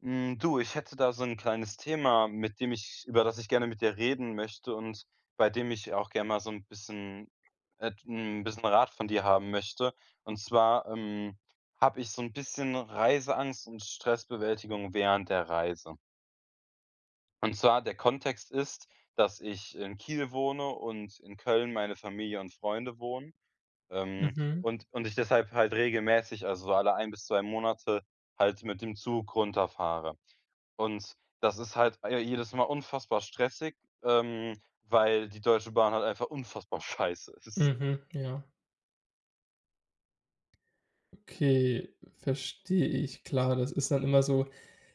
Du, ich hätte da so ein kleines Thema, mit dem ich über das ich gerne mit dir reden möchte und bei dem ich auch gerne mal so ein bisschen 'n bisschen Rat von dir haben möchte. Und zwar, habe ich so ein bisschen Reiseangst und Stressbewältigung während der Reise. Und zwar, der Kontext ist, dass ich in Kiel wohne und in Köln meine Familie und Freunde wohnen, ähm, Mhm, und ich deshalb halt regelmäßig, also, so alle ein bis 2 Monate halt mit dem Zug runterfahre. Und das ist halt, jedes Mal unfassbar stressig, ähm, weil die Deutsche Bahn halt einfach unfassbar scheiße ist. mhm, ja. Okay, verstehe ich. Klar, das ist dann immer so.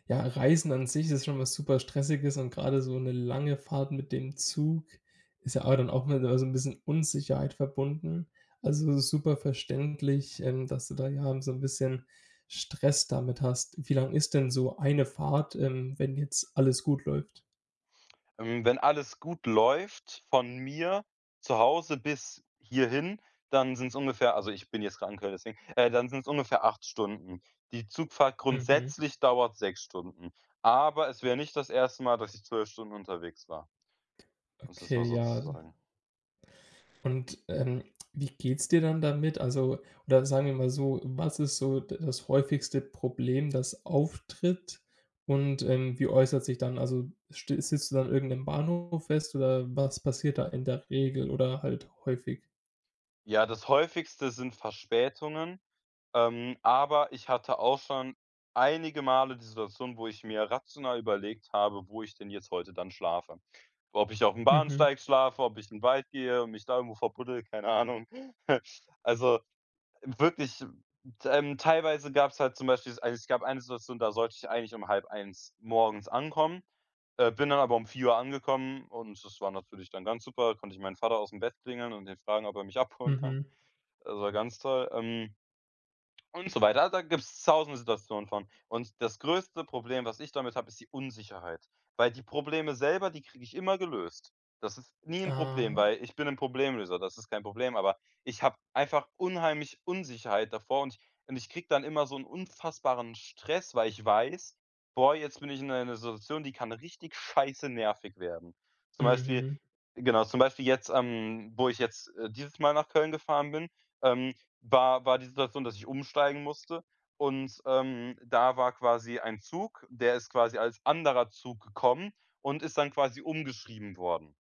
Ja, Reisen an sich ist schon was super Stressiges und gerade so eine lange Fahrt mit dem Zug ist ja auch dann auch mit, so ein bisschen Unsicherheit verbunden. Also, super verständlich, dass du da ja so ein bisschen Stress damit hast. Wie lang ist denn so eine Fahrt, wenn jetzt alles gut läuft? Wenn alles gut läuft von mir zu Hause bis hierhin, dann sind es ungefähr also, ich bin jetzt gerade in Köln, deswegen dann sind es ungefähr 8 Stunden. Die Zugfahrt Mhm. grundsätzlich dauert 6 Stunden, aber es wäre nicht das erste Mal, dass ich 12 Stunden unterwegs war, um's jetzt mal Okay, so zu ja. sagen. Und, wie geht's dir dann damit? Also, oder sagen wir mal so, was ist so d das häufigste Problem, das auftritt, und, wie äußert sich dann, also, sti sitzt du dann irgend 'nem Bahnhof fest oder was passiert da in der Regel oder halt häufig? Ja, das häufigste sind Verspätungen. Aber ich hatte auch schon einige Male die Situation, wo ich mir rational überlegt habe, wo ich denn jetzt heute dann schlafe. Ob ich auf dem Mhm, Bahnsteig schlafe, ob ich in 'n Wald gehe und mich da irgendwo verbuddel, keine Ahnung. Also, wirklich, teilweise gab's halt zum Beispiel also, es gab eine Situation, da sollte ich eigentlich um halb eins morgens ankommen, bin dann aber um 4 Uhr angekommen und das war natürlich dann ganz super. Konnte ich meinen Vater aus dem Bett klingeln und ihn fragen, ob er mich abholen kann. mhm. Das war ganz toll. Und so weiter. Da gibt's tausende Situationen von. Und das größte Problem, was ich damit habe, ist die Unsicherheit. Weil die Probleme selber, die kriege ich immer gelöst. Das ist nie ein Problem, Ah, weil ich bin ein Problemlöser, das ist kein Problem, aber ich habe einfach unheimlich Unsicherheit davor und ich kriege dann immer so einen unfassbaren Stress, weil ich weiß: „Boah, jetzt bin ich in einer Situation, die kann richtig scheiße nervig werden.“ Zum Beispiel mhm, genau, zum Beispiel jetzt, wo ich jetzt, dieses Mal nach Köln gefahren bin, ähm, war die Situation, dass ich umsteigen musste und, da war quasi ein Zug, der ist quasi als anderer Zug gekommen und ist dann quasi umgeschrieben worden.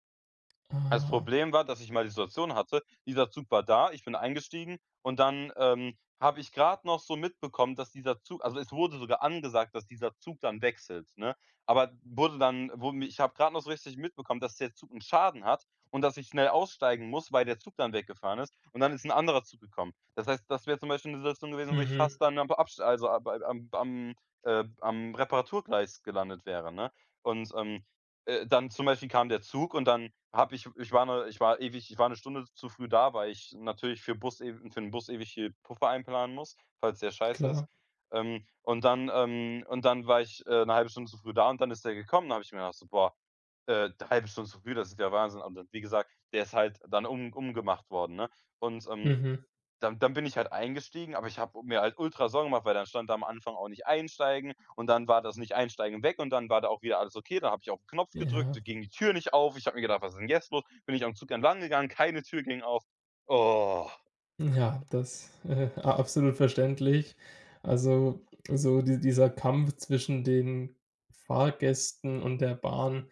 Das ah, Problem war, dass ich mal die Situation hatte, dieser Zug war da, ich bin eingestiegen und dann, habe ich gerade noch so mitbekommen, dass dieser Zug also, es wurde sogar angesagt, dass dieser Zug dann wechselt, ne? Aber wurde dann wurde mi Ich habe gerade noch so richtig mitbekommen, dass der Zug einen Schaden hat und dass ich schnell aussteigen muss, weil der Zug dann weggefahren ist und dann ist ein anderer Zug gekommen. Das heißt, das wäre zum Beispiel eine Situation gewesen, wo ich mhm, fast dann am Absch also, am Reparaturgleis gelandet wäre, ne? Und, dann zum Beispiel kam der Zug und dann habe ich war eine Stunde zu früh da, weil ich natürlich für 'n Bus ewig hier Puffer einplanen muss, falls der scheiße ist. klar. Und dann war ich, 'ne 1 Stunde zu früh da und dann ist der gekommen. Dann habe ich mir gedacht so: „Boah, 'ne 1 Stunde zu früh, das ist ja Wahnsinn.“ Und dann, wie gesagt, der ist halt dann um umgemacht worden, ne? Und, Mhm, dann bin ich halt eingestiegen, aber ich habe mir halt ultra Sorgen gemacht, weil dann stand da am Anfang auch nicht einsteigen und dann war das nicht einsteigen weg und dann war da auch wieder alles okay. Dann habe ich auf 'n Knopf gedrückt, ja. ging die Tür nicht auf. Ich habe mir gedacht: „Was ist denn jetzt los?“ Bin ich am Zug entlang gegangen, keine Tür ging auf. Oh, Ja, das, a absolut verständlich. Also, so dieser Kampf zwischen den Fahrgästen und der Bahn,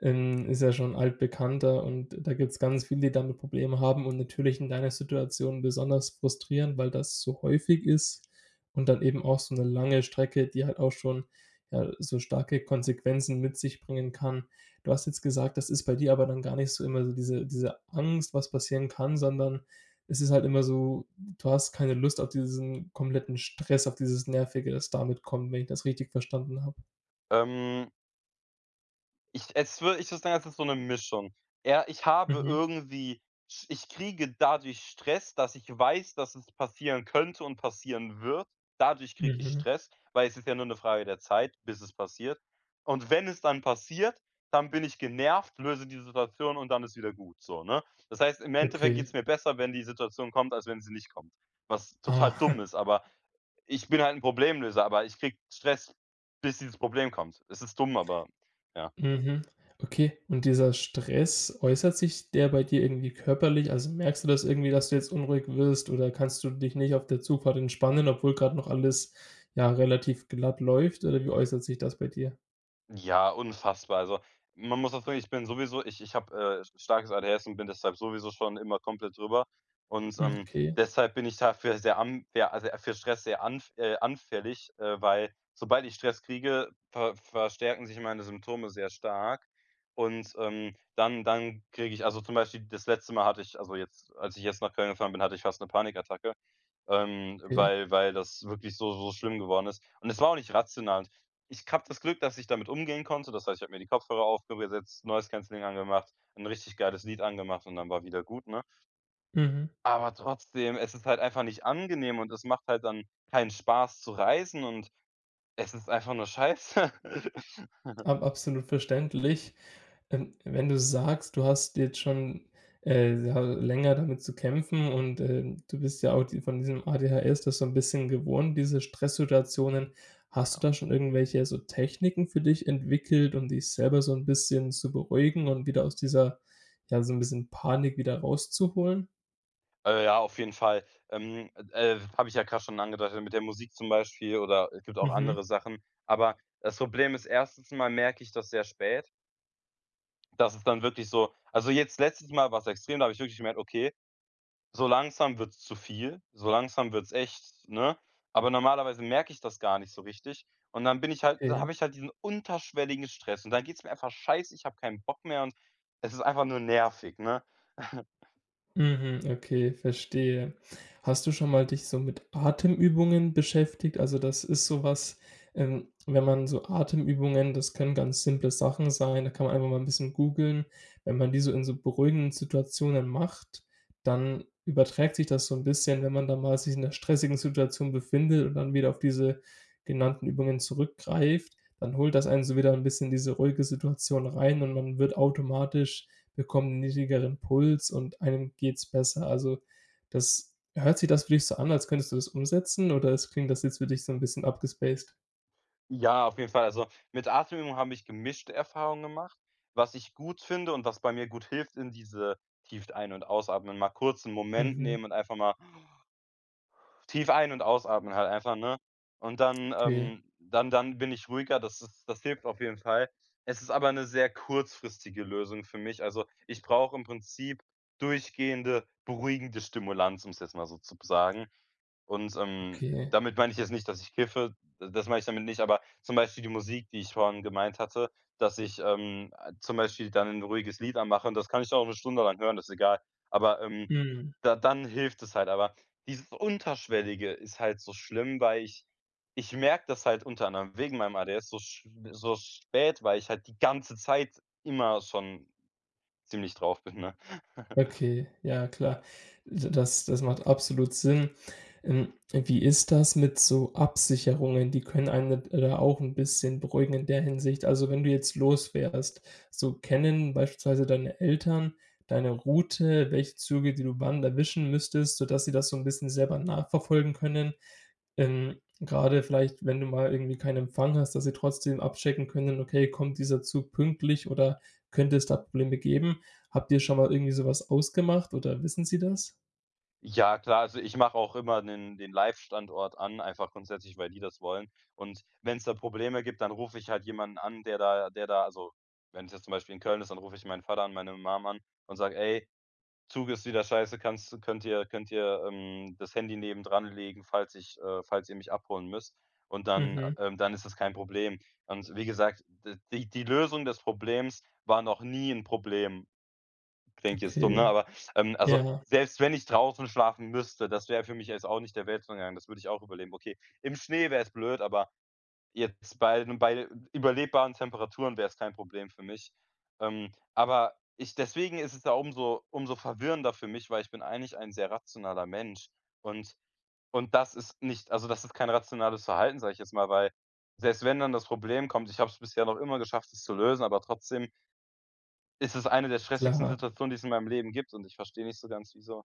ist ja schon altbekannter, und da gibt es ganz viele, die damit Probleme haben, und natürlich in deiner Situation besonders frustrierend, weil das so häufig ist und dann eben auch so eine lange Strecke, die halt auch schon, ja, so starke Konsequenzen mit sich bringen kann. Du hast jetzt gesagt, das ist bei dir aber dann gar nicht so immer so diese Angst, was passieren kann, sondern es ist halt immer so, du hast keine Lust auf diesen kompletten Stress, auf dieses Nervige, das damit kommt, wenn ich das richtig verstanden habe. ähm ich würde sagen, es ist so eine Mischung. Ja, ich habe Mhm, irgendwie sch ich kriege dadurch Stress, dass ich weiß, dass es passieren könnte und passieren wird. Dadurch kriege ich mhm. Stress, weil es ist ja nur eine Frage der Zeit, bis es passiert. Und wenn es dann passiert, dann bin ich genervt, löse die Situation und dann ist wieder gut so, ne? Das heißt, im Endeffekt geht Okay. es mir besser, wenn die Situation kommt, als wenn sie nicht kommt, was total Ah, dumm ist, aber ich bin halt ein Problemlöser, aber ich kriege Stress, bis dieses Problem kommt. Es ist dumm, aber ja. mhm. Okay, und dieser Stress, äußert sich der bei dir irgendwie körperlich? Also, merkst du das irgendwie, dass du jetzt unruhig wirst oder kannst du dich nicht auf der Zugfahrt entspannen, obwohl gerade noch alles, ja, relativ glatt läuft, oder wie äußert sich das bei dir? Ja, unfassbar. Also, man muss auch sagen, ich bin sowieso ich habe, starkes ADHS und bin deshalb sowieso schon immer komplett drüber. Und, Hm. Okay, deshalb bin ich dafür sehr an ja, also, für Stress sehr anfällig, weil sobald ich Stress kriege, verstärken sich meine Symptome sehr stark. Und, dann kriege ich also, zum Beispiel das letzte Mal hatte ich also, jetzt als ich jetzt nach Köln gefahren bin, hatte ich fast eine Panikattacke, okay. weil das wirklich so schlimm geworden ist. Und es war auch nicht rational. Ich habe das Glück, dass ich damit umgehen konnte. Das heißt, ich habe mir die Kopfhörer aufgesetzt, Noise Cancelling angemacht, ein richtig geiles Lied angemacht und dann war wieder gut, ne? Mhm. Aber trotzdem, es ist halt einfach nicht angenehm und es macht halt dann keinen Spaß zu reisen und es ist einfach nur scheiße. Ab Absolut verständlich. Wenn du sagst, du hast jetzt schon, ja, länger damit zu kämpfen, und, du bist ja auch die von diesem ADHS das so ein bisschen gewohnt, diese Stresssituationen. Hast du Ja. da schon irgendwelche so Techniken für dich entwickelt, um dich selber so ein bisschen zu beruhigen und wieder aus dieser, ja, so ein bisschen Panik wieder rauszuholen? Ja, auf jeden Fall. Habe ich ja gerade schon angedeutet mit der Musik zum Beispiel, oder es gibt auch Mhm, andere Sachen. Aber das Problem ist, erstens mal merke ich das sehr spät, dass es dann wirklich so also, jetzt letztes Mal war's extrem, da habe ich wirklich gemerkt: „Okay, so langsam wird's zu viel, so langsam wird's echt, ne? Aber normalerweise merke ich das gar nicht so richtig. Und dann bin ich halt dann okay. habe ich halt diesen unterschwelligen Stress und dann geht's mir einfach scheiße, ich habe keinen Bock mehr und es ist einfach nur nervig, ne? Mhm, okay, verstehe. Hast du schon mal dich so mit Atemübungen beschäftigt? Also, das ist so was, wenn man so Atemübungen das können ganz simple Sachen sein, da kann man einfach mal ein bisschen googeln. Wenn man die so in so beruhigenden Situationen macht, dann überträgt sich das so ein bisschen, wenn man da mal sich in 'ner stressigen Situation befindet und dann wieder auf diese genannten Übungen zurückgreift, dann holt das einen so wieder ein bisschen in diese ruhige Situation rein und man wird automatisch bekommen 'n niedrigeren Puls und einem geht's besser. Also, das hört sich das für dich so an, als könntest du das umsetzen, oder es klingt das jetzt für dich so ein bisschen abgespaced? Ja, auf jeden Fall. Also, mit Atemübungen habe ich gemischte Erfahrungen gemacht. Was ich gut finde und was bei mir gut hilft, in diese tief ein und ausatmen, mal kurz 'n Moment Mhm. nehmen und einfach mal tief ein und ausatmen halt einfach, ne? Und dann, Okay, dann bin ich ruhiger, das hilft auf jeden Fall. Es ist aber eine sehr kurzfristige Lösung für mich. Also, ich brauche im Prinzip durchgehende beruhigende Stimulanz, um es jetzt mal so zu sagen. Und, okay. damit meine ich jetzt nicht, dass ich kiffe, d das meine ich damit nicht, aber zum Beispiel die Musik, die ich vorhin gemeint hatte, dass ich, zum Beispiel dann ein ruhiges Lied anmache und das kann ich dann auch 'ne Stunde lang hören, das ist egal. Aber, da dann hilft es halt, aber dieses Unterschwellige ist halt so schlimm, weil ich merke das halt unter anderem wegen meinem ADS so spät, weil ich halt die ganze Zeit immer schon ziemlich drauf bin, ne? Okay, ja, klar. D das das macht absolut Sinn. Wie ist das mit so Absicherungen? Die können einen da auch ein bisschen beruhigen in der Hinsicht. Also, wenn du jetzt los wärst, so kennen beispielsweise deine Eltern deine Route, welche Züge, die du wann erwischen müsstest, sodass sie das so ein bisschen selber nachverfolgen können? Ähm, Grade vielleicht, wenn du mal irgendwie keinen Empfang hast, dass sie trotzdem abchecken können: „Okay, kommt dieser Zug pünktlich oder könnte es da Probleme geben?" Habt ihr schon mal irgendwie sowas ausgemacht oder wissen sie das? Ja, klar, also ich mache auch immer den Live-Standort an, einfach grundsätzlich, weil die das wollen. Und wenn es da Probleme gibt, dann rufe ich halt jemanden an, der da also, wenn wenn's jetzt zum Beispiel in Köln ist, dann rufe ich meinen Vater und meine Mom an und sage: „Ey, Zug ist wieder scheiße, kannst du könnt ihr, das Handy nebendran legen, falls ich falls ihr mich abholen müsst?“ Und dann Mhm. Dann ist das kein Problem. Und wie gesagt, d die Lösung des Problems war noch nie ein Problem. Klingt jetzt dumm, ne? Okay, Aber, also, ja, selbst wenn ich draußen schlafen müsste, das wäre für mich jetzt auch nicht der Weltuntergang. Das würde ich auch überleben. Okay, im Schnee wäre es blöd, aber jetzt bei überlebbaren Temperaturen wäre es kein Problem für mich. Aber ich deswegen ist es ja umso verwirrender für mich, weil ich bin eigentlich ein sehr rationaler Mensch und und das ist nicht also, das ist kein rationales Verhalten, sage ich jetzt mal, weil selbst wenn dann das Problem kommt, ich habe es bisher noch immer geschafft, es zu lösen, aber trotzdem ist es eine der stressigsten klar. Situationen, die es in meinem Leben gibt und ich verstehe nicht so ganz, wieso.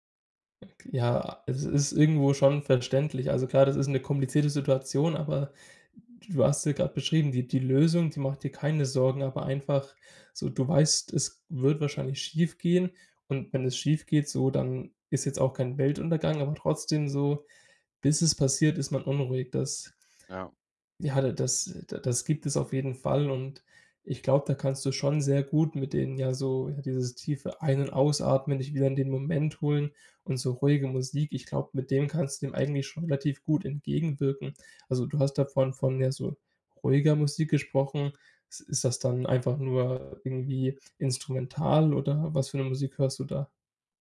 Ja, es ist irgendwo schon verständlich. Also klar, das ist 'ne komplizierte Situation, aber du hast ja grad beschrieben, die Lösung, die macht dir keine Sorgen, aber einfach so, du weißt, es wird wahrscheinlich schiefgehen, und wenn es schiefgeht, so, dann ist jetzt auch kein Weltuntergang, aber trotzdem so, bis es passiert, ist man unruhig. Das Ja. Ja, da das gibt es auf jeden Fall, und ich glaube, da kannst du schon sehr gut mit denen, ja, so, ja, dieses tiefe Ein- und Ausatmen, dich wieder in den Moment holen und so ruhige Musik. Ich glaube, mit dem kannst du dem eigentlich schon relativ gut entgegenwirken. Also, du hast davon von, ja, so ruhiger Musik gesprochen. Ist das dann einfach nur irgendwie instrumental oder was für eine Musik hörst du da?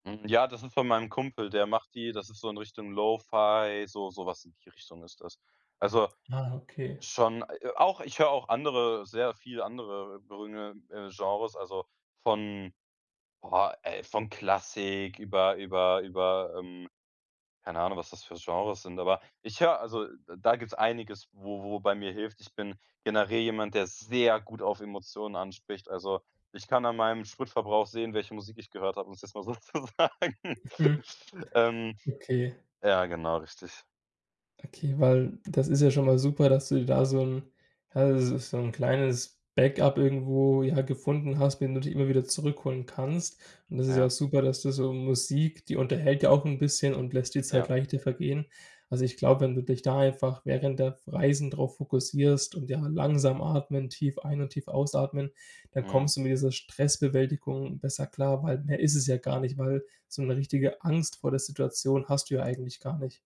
Hm, ja, das ist von meinem Kumpel, der macht die, das ist so in Richtung Lo-Fi, so sowas in die Richtung ist das. Also, Ah, okay. schon, auch ich höre auch andere sehr viel andere berühmte, Genres, also von, boah, ey, von Klassik über, keine Ahnung, was das für Genres sind, aber ich höre also, da gibt's einiges, wo bei mir hilft. Ich bin generell jemand, der sehr gut auf Emotionen anspricht. Also, ich kann an meinem Spritverbrauch sehen, welche Musik ich gehört habe, um es jetzt mal so zu sagen. Mhm. Ähm, Okay. ja, genau, richtig. Okay, weil das ist ja schon mal super, dass du dir da ja, das so ein kleines Backup irgendwo, ja, gefunden hast, wenn du dich immer wieder zurückholen kannst. Und das ist ja auch Ja, super, dass du so Musik, die unterhält ja auch ein bisschen und lässt die Zeit ja. leichter vergehen. Also, ich glaube, wenn du dich da einfach während der Reisen drauf fokussierst und, ja, langsam atmen, tief ein und tief ausatmen, dann Mhm. kommst du mit dieser Stressbewältigung besser klar, weil mehr ist es ja gar nicht, weil so eine richtige Angst vor der Situation hast du ja eigentlich gar nicht.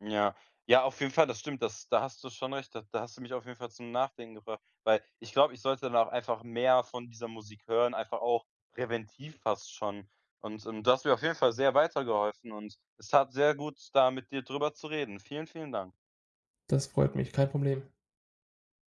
Ja. Ja, auf jeden Fall, das stimmt. Das da hast du schon recht. Da hast du mich auf jeden Fall zum Nachdenken gebracht, weil ich glaube, ich sollte dann auch einfach mehr von dieser Musik hören, einfach auch präventiv fast schon. Und, du hast mir auf jeden Fall sehr weitergeholfen und es tat sehr gut, da mit dir drüber zu reden. Vielen, vielen Dank. Das freut mich, kein Problem.